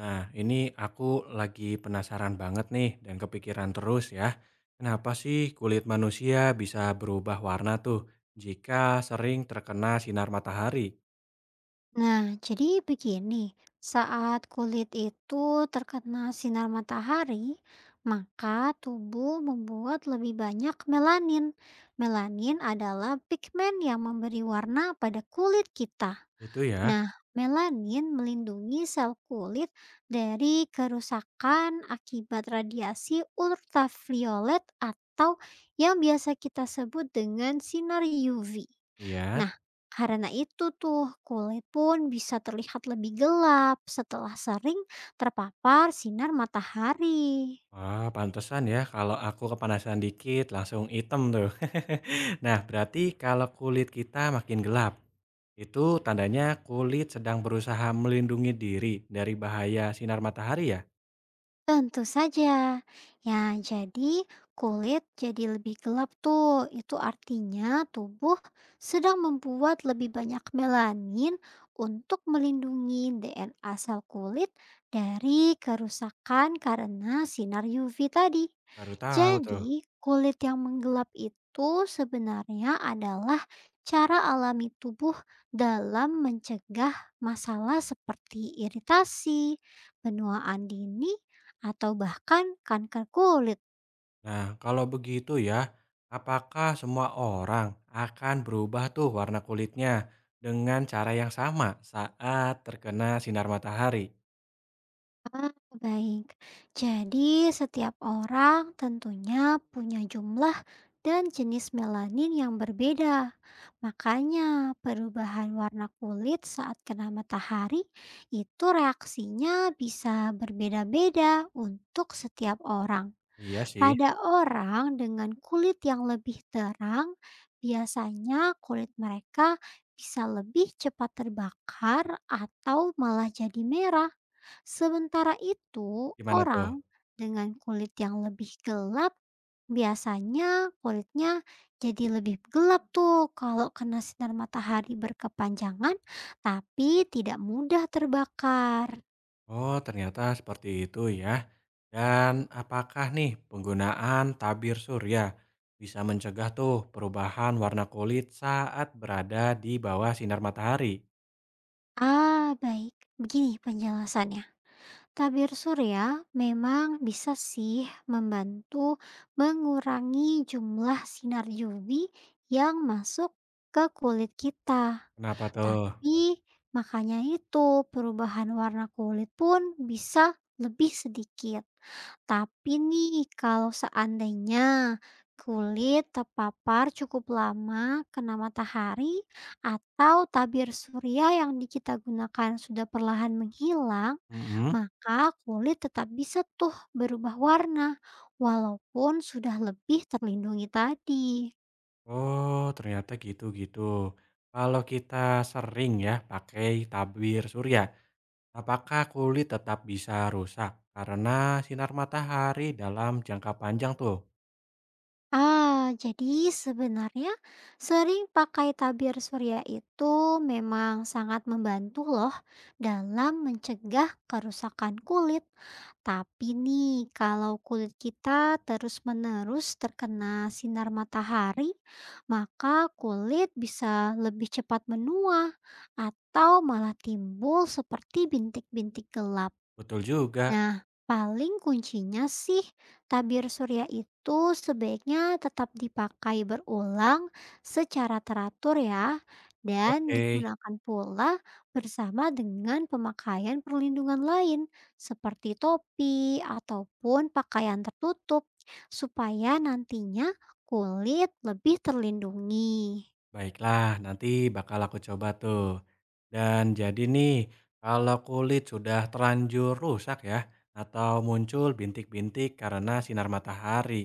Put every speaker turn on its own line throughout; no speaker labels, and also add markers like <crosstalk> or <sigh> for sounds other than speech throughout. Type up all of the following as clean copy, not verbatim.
Nah, ini aku lagi penasaran banget nih dan kepikiran terus ya. Kenapa sih kulit manusia bisa berubah warna tuh jika sering terkena sinar matahari?
Nah, jadi begini, saat kulit itu terkena sinar matahari, maka tubuh membuat lebih banyak melanin. Melanin adalah pigmen yang memberi warna pada kulit kita.
Itu ya.
Nah, melanin melindungi sel kulit dari kerusakan akibat radiasi ultraviolet atau yang biasa kita sebut dengan sinar UV.
Iya.
Nah, karena itu tuh kulit pun bisa terlihat lebih gelap setelah sering terpapar sinar matahari.
Wah, pantesan ya kalau aku kepanasan dikit langsung item tuh. <laughs> Nah, berarti kalau kulit kita makin gelap, itu tandanya kulit sedang berusaha melindungi diri dari bahaya sinar matahari ya?
Tentu saja. Ya, jadi kulit jadi lebih gelap tuh. Itu artinya tubuh sedang membuat lebih banyak melanin untuk melindungi DNA sel kulit dari kerusakan karena sinar UV tadi.
Baru tahu tuh.
Jadi, kulit yang menggelap itu sebenarnya adalah cara alami tubuh dalam mencegah masalah seperti iritasi, penuaan dini atau bahkan kanker kulit.
Nah, kalau begitu ya, apakah semua orang akan berubah tuh warna kulitnya dengan cara yang sama saat terkena sinar matahari?
Ah, baik. Jadi, setiap orang tentunya punya jumlah dan jenis melanin yang berbeda. Makanya, perubahan warna kulit saat kena matahari itu reaksinya bisa berbeda-beda untuk setiap orang.
Iya sih,
Pada orang dengan kulit yang lebih terang, biasanya kulit mereka bisa lebih cepat terbakar atau malah jadi merah. Sementara itu,
gimana tuh?
orang dengan kulit yang lebih gelap, biasanya kulitnya jadi lebih gelap tuh kalau kena sinar matahari berkepanjangan, tapi tidak mudah terbakar.
Oh, ternyata seperti itu ya. Dan apakah nih penggunaan tabir surya bisa mencegah tuh perubahan warna kulit saat berada di bawah sinar matahari?
Ah, baik. Begini penjelasannya. Tabir surya memang bisa sih membantu mengurangi jumlah sinar UV yang masuk ke kulit kita.
Kenapa tuh?
Tapi makanya itu perubahan warna kulit pun bisa lebih sedikit. Tapi nih kalau seandainya kulit terpapar cukup lama kena matahari atau tabir surya yang kita gunakan sudah perlahan menghilang,
Mm-mm.
maka kulit tetap bisa tuh berubah warna walaupun sudah lebih terlindungi tadi.
Oh, ternyata gitu-gitu. Kalau kita sering ya pakai tabir surya, apakah kulit tetap bisa rusak karena sinar matahari dalam jangka panjang tuh?
Ah, jadi sebenarnya sering pakai tabir surya itu memang sangat membantu loh dalam mencegah kerusakan kulit. Tapi nih, kalau kulit kita terus-menerus terkena sinar matahari, maka kulit bisa lebih cepat menua atau malah timbul seperti bintik-bintik gelap.
Betul juga.
Nah, paling kuncinya sih tabir surya itu sebaiknya tetap dipakai berulang secara teratur ya dan
Oke,
digunakan pula bersama dengan pemakaian perlindungan lain seperti topi ataupun pakaian tertutup supaya nantinya kulit lebih terlindungi.
baiklah, nanti bakal aku coba tuh. Dan jadi nih, kalau kulit sudah terlanjur rusak ya, atau muncul bintik-bintik karena sinar matahari,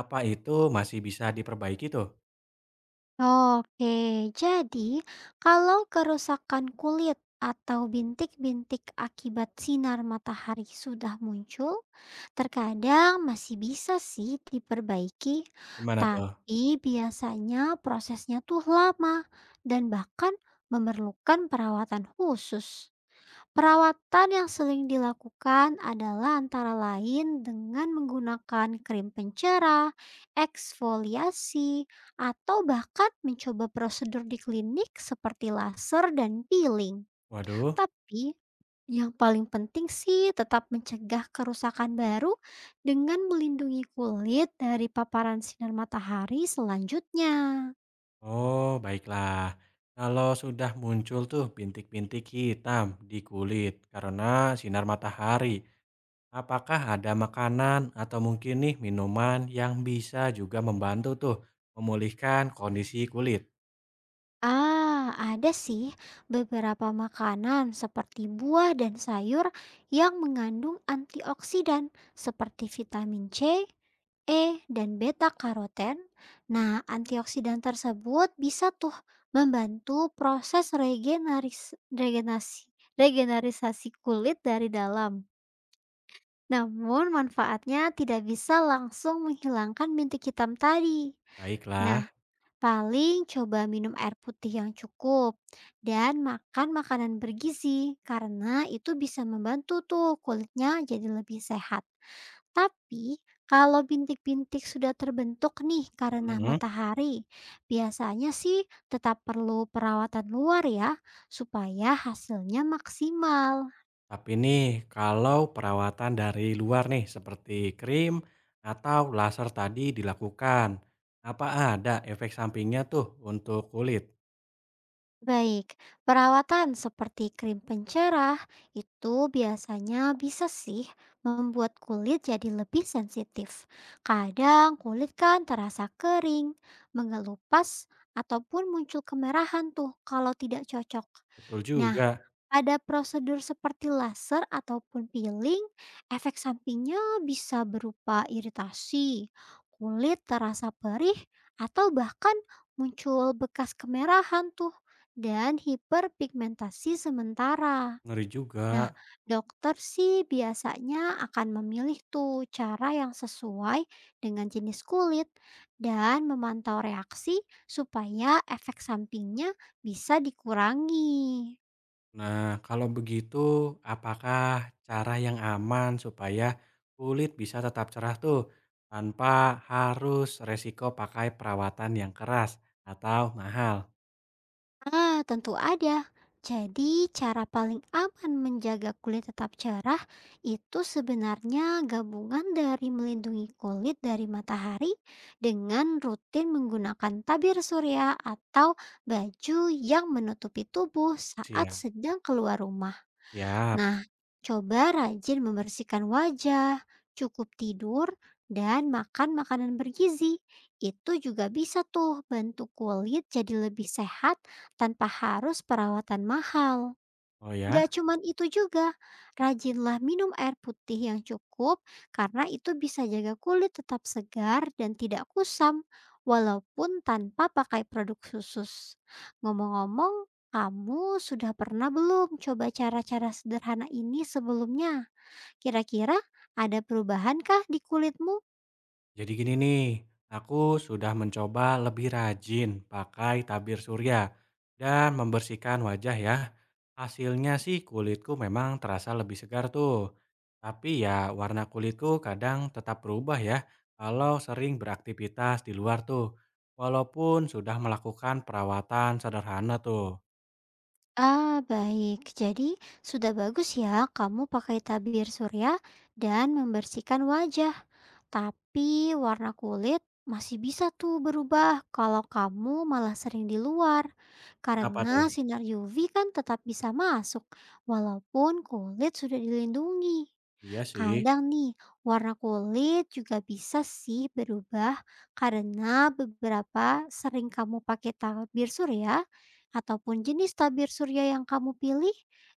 apa itu masih bisa diperbaiki tuh?
Oke, jadi kalau kerusakan kulit atau bintik-bintik akibat sinar matahari sudah muncul, terkadang masih bisa sih diperbaiki,
Gimana tuh?
tapi biasanya prosesnya tuh lama dan bahkan memerlukan perawatan khusus. Perawatan yang sering dilakukan adalah antara lain dengan menggunakan krim pencerah, eksfoliasi, atau bahkan mencoba prosedur di klinik seperti laser dan peeling.
Waduh.
Tapi yang paling penting sih tetap mencegah kerusakan baru dengan melindungi kulit dari paparan sinar matahari selanjutnya.
Oh, baiklah. Kalau sudah muncul tuh bintik-bintik hitam di kulit karena sinar matahari, apakah ada makanan atau mungkin nih minuman yang bisa juga membantu tuh memulihkan kondisi kulit?
Ah, ada sih beberapa makanan seperti buah dan sayur yang mengandung antioksidan seperti vitamin C, E, dan beta karoten. Nah, antioksidan tersebut bisa tuh membantu proses regenerisasi kulit dari dalam. Namun manfaatnya tidak bisa langsung menghilangkan bintik hitam tadi.
Baiklah.
Nah, paling coba minum air putih yang cukup dan makan makanan bergizi karena itu bisa membantu tuh kulitnya jadi lebih sehat. Tapi kalau bintik-bintik sudah terbentuk nih karena
Mm-mm.
matahari, biasanya sih tetap perlu perawatan luar ya supaya hasilnya maksimal.
Tapi nih, kalau perawatan dari luar nih seperti krim atau laser tadi dilakukan, apa ada efek sampingnya tuh untuk kulit?
Baik, perawatan seperti krim pencerah itu biasanya bisa sih membuat kulit jadi lebih sensitif. Kadang kulit kan terasa kering, mengelupas, ataupun muncul kemerahan tuh kalau tidak cocok.
Betul
Nah,
juga,
pada prosedur seperti laser ataupun peeling, efek sampingnya bisa berupa iritasi, kulit terasa perih, atau bahkan muncul bekas kemerahan tuh, dan hiperpigmentasi sementara.
ngeri juga.
Nah, dokter sih biasanya akan memilih tuh cara yang sesuai dengan jenis kulit dan memantau reaksi supaya efek sampingnya bisa dikurangi.
Nah, kalau begitu, apakah cara yang aman supaya kulit bisa tetap cerah tuh tanpa harus resiko pakai perawatan yang keras atau mahal?
Ah, tentu ada. Jadi, cara paling aman menjaga kulit tetap cerah itu sebenarnya gabungan dari melindungi kulit dari matahari dengan rutin menggunakan tabir surya atau baju yang menutupi tubuh saat
Siap.
sedang keluar rumah.
Ya.
Nah, coba rajin membersihkan wajah, cukup tidur, dan makan makanan bergizi. Itu juga bisa tuh bantu kulit jadi lebih sehat tanpa harus perawatan mahal.
Oh ya.
Nggak cuman itu juga, rajinlah minum air putih yang cukup karena itu bisa jaga kulit tetap segar dan tidak kusam walaupun tanpa pakai produk khusus. Ngomong-ngomong, kamu sudah pernah belum coba cara-cara sederhana ini sebelumnya? Kira-kira ada perubahankah di kulitmu?
Jadi gini nih, aku sudah mencoba lebih rajin pakai tabir surya dan membersihkan wajah ya. Hasilnya sih kulitku memang terasa lebih segar tuh. Tapi ya warna kulitku kadang tetap berubah ya kalau sering beraktivitas di luar tuh. Walaupun sudah melakukan perawatan sederhana tuh.
Ah, baik. Jadi, sudah bagus ya kamu pakai tabir surya dan membersihkan wajah. Tapi warna kulit masih bisa tuh berubah kalau kamu malah sering di luar.
Kenapa tuh?
Karena sinar UV kan tetap bisa masuk walaupun kulit sudah dilindungi.
Iya sih.
Kadang nih warna kulit juga bisa sih berubah karena beberapa sering kamu pakai tabir surya ataupun jenis tabir surya yang kamu pilih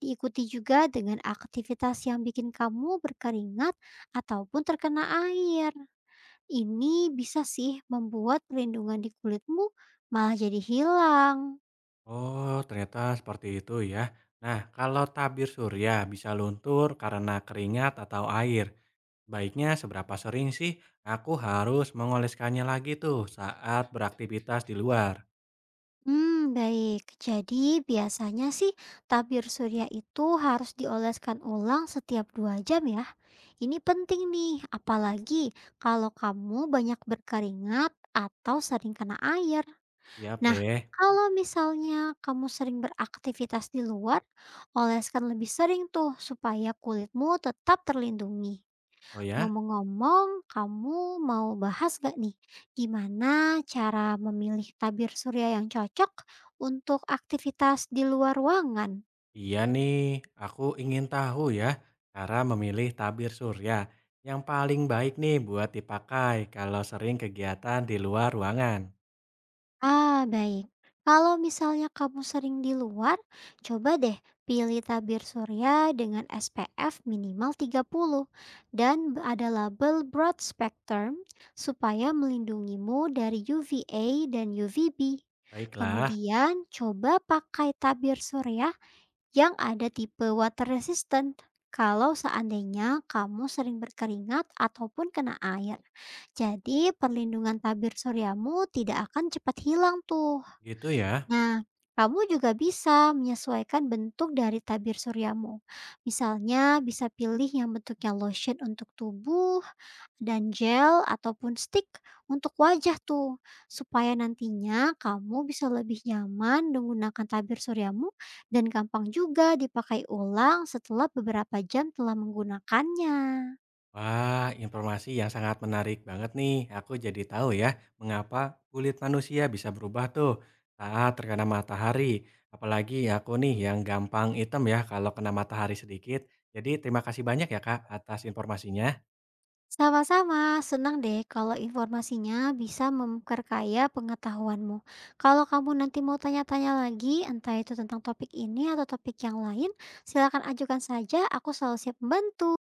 diikuti juga dengan aktivitas yang bikin kamu berkeringat ataupun terkena air. Ini bisa sih membuat perlindungan di kulitmu malah jadi hilang.
Oh, ternyata seperti itu ya. Nah, kalau tabir surya bisa luntur karena keringat atau air. Baiknya seberapa sering sih aku harus mengoleskannya lagi tuh saat beraktivitas di luar?
Hmm, baik. Jadi biasanya sih tabir surya itu harus dioleskan ulang setiap 2 jam ya. Ini penting nih, apalagi kalau kamu banyak berkeringat atau sering kena air.
Siap
Nah,
deh.
kalau misalnya kamu sering beraktivitas di luar, oleskan lebih sering tuh supaya kulitmu tetap terlindungi.
Oh ya?
Ngomong-ngomong, kamu mau bahas gak nih, gimana cara memilih tabir surya yang cocok untuk aktivitas di luar ruangan?
Iya nih, aku ingin tahu ya cara memilih tabir surya yang paling baik nih buat dipakai kalau sering kegiatan di luar ruangan.
Ah, baik. Kalau misalnya kamu sering di luar, coba deh pilih tabir surya dengan SPF minimal 30 dan ada label broad spectrum supaya melindungimu dari UVA dan UVB.
Baiklah,
Kemudian coba pakai tabir surya yang ada tipe water resistant kalau seandainya kamu sering berkeringat ataupun kena air. Jadi perlindungan tabir suryamu tidak akan cepat hilang tuh.
gitu ya.
Nah, kamu juga bisa menyesuaikan bentuk dari tabir suryamu. Misalnya, bisa pilih yang bentuknya lotion untuk tubuh, dan gel ataupun stick untuk wajah tuh. Supaya nantinya kamu bisa lebih nyaman menggunakan tabir suryamu dan gampang juga dipakai ulang setelah beberapa jam telah menggunakannya.
Wah, informasi yang sangat menarik banget nih. Aku jadi tahu ya, mengapa kulit manusia bisa berubah tuh saat terkena matahari. Apalagi aku nih yang gampang hitam ya kalau kena matahari sedikit. Jadi terima kasih banyak ya Kak atas informasinya.
Sama-sama, senang deh kalau informasinya bisa memperkaya pengetahuanmu. Kalau kamu nanti mau tanya-tanya lagi, entah itu tentang topik ini atau topik yang lain, silakan ajukan saja, aku selalu siap membantu.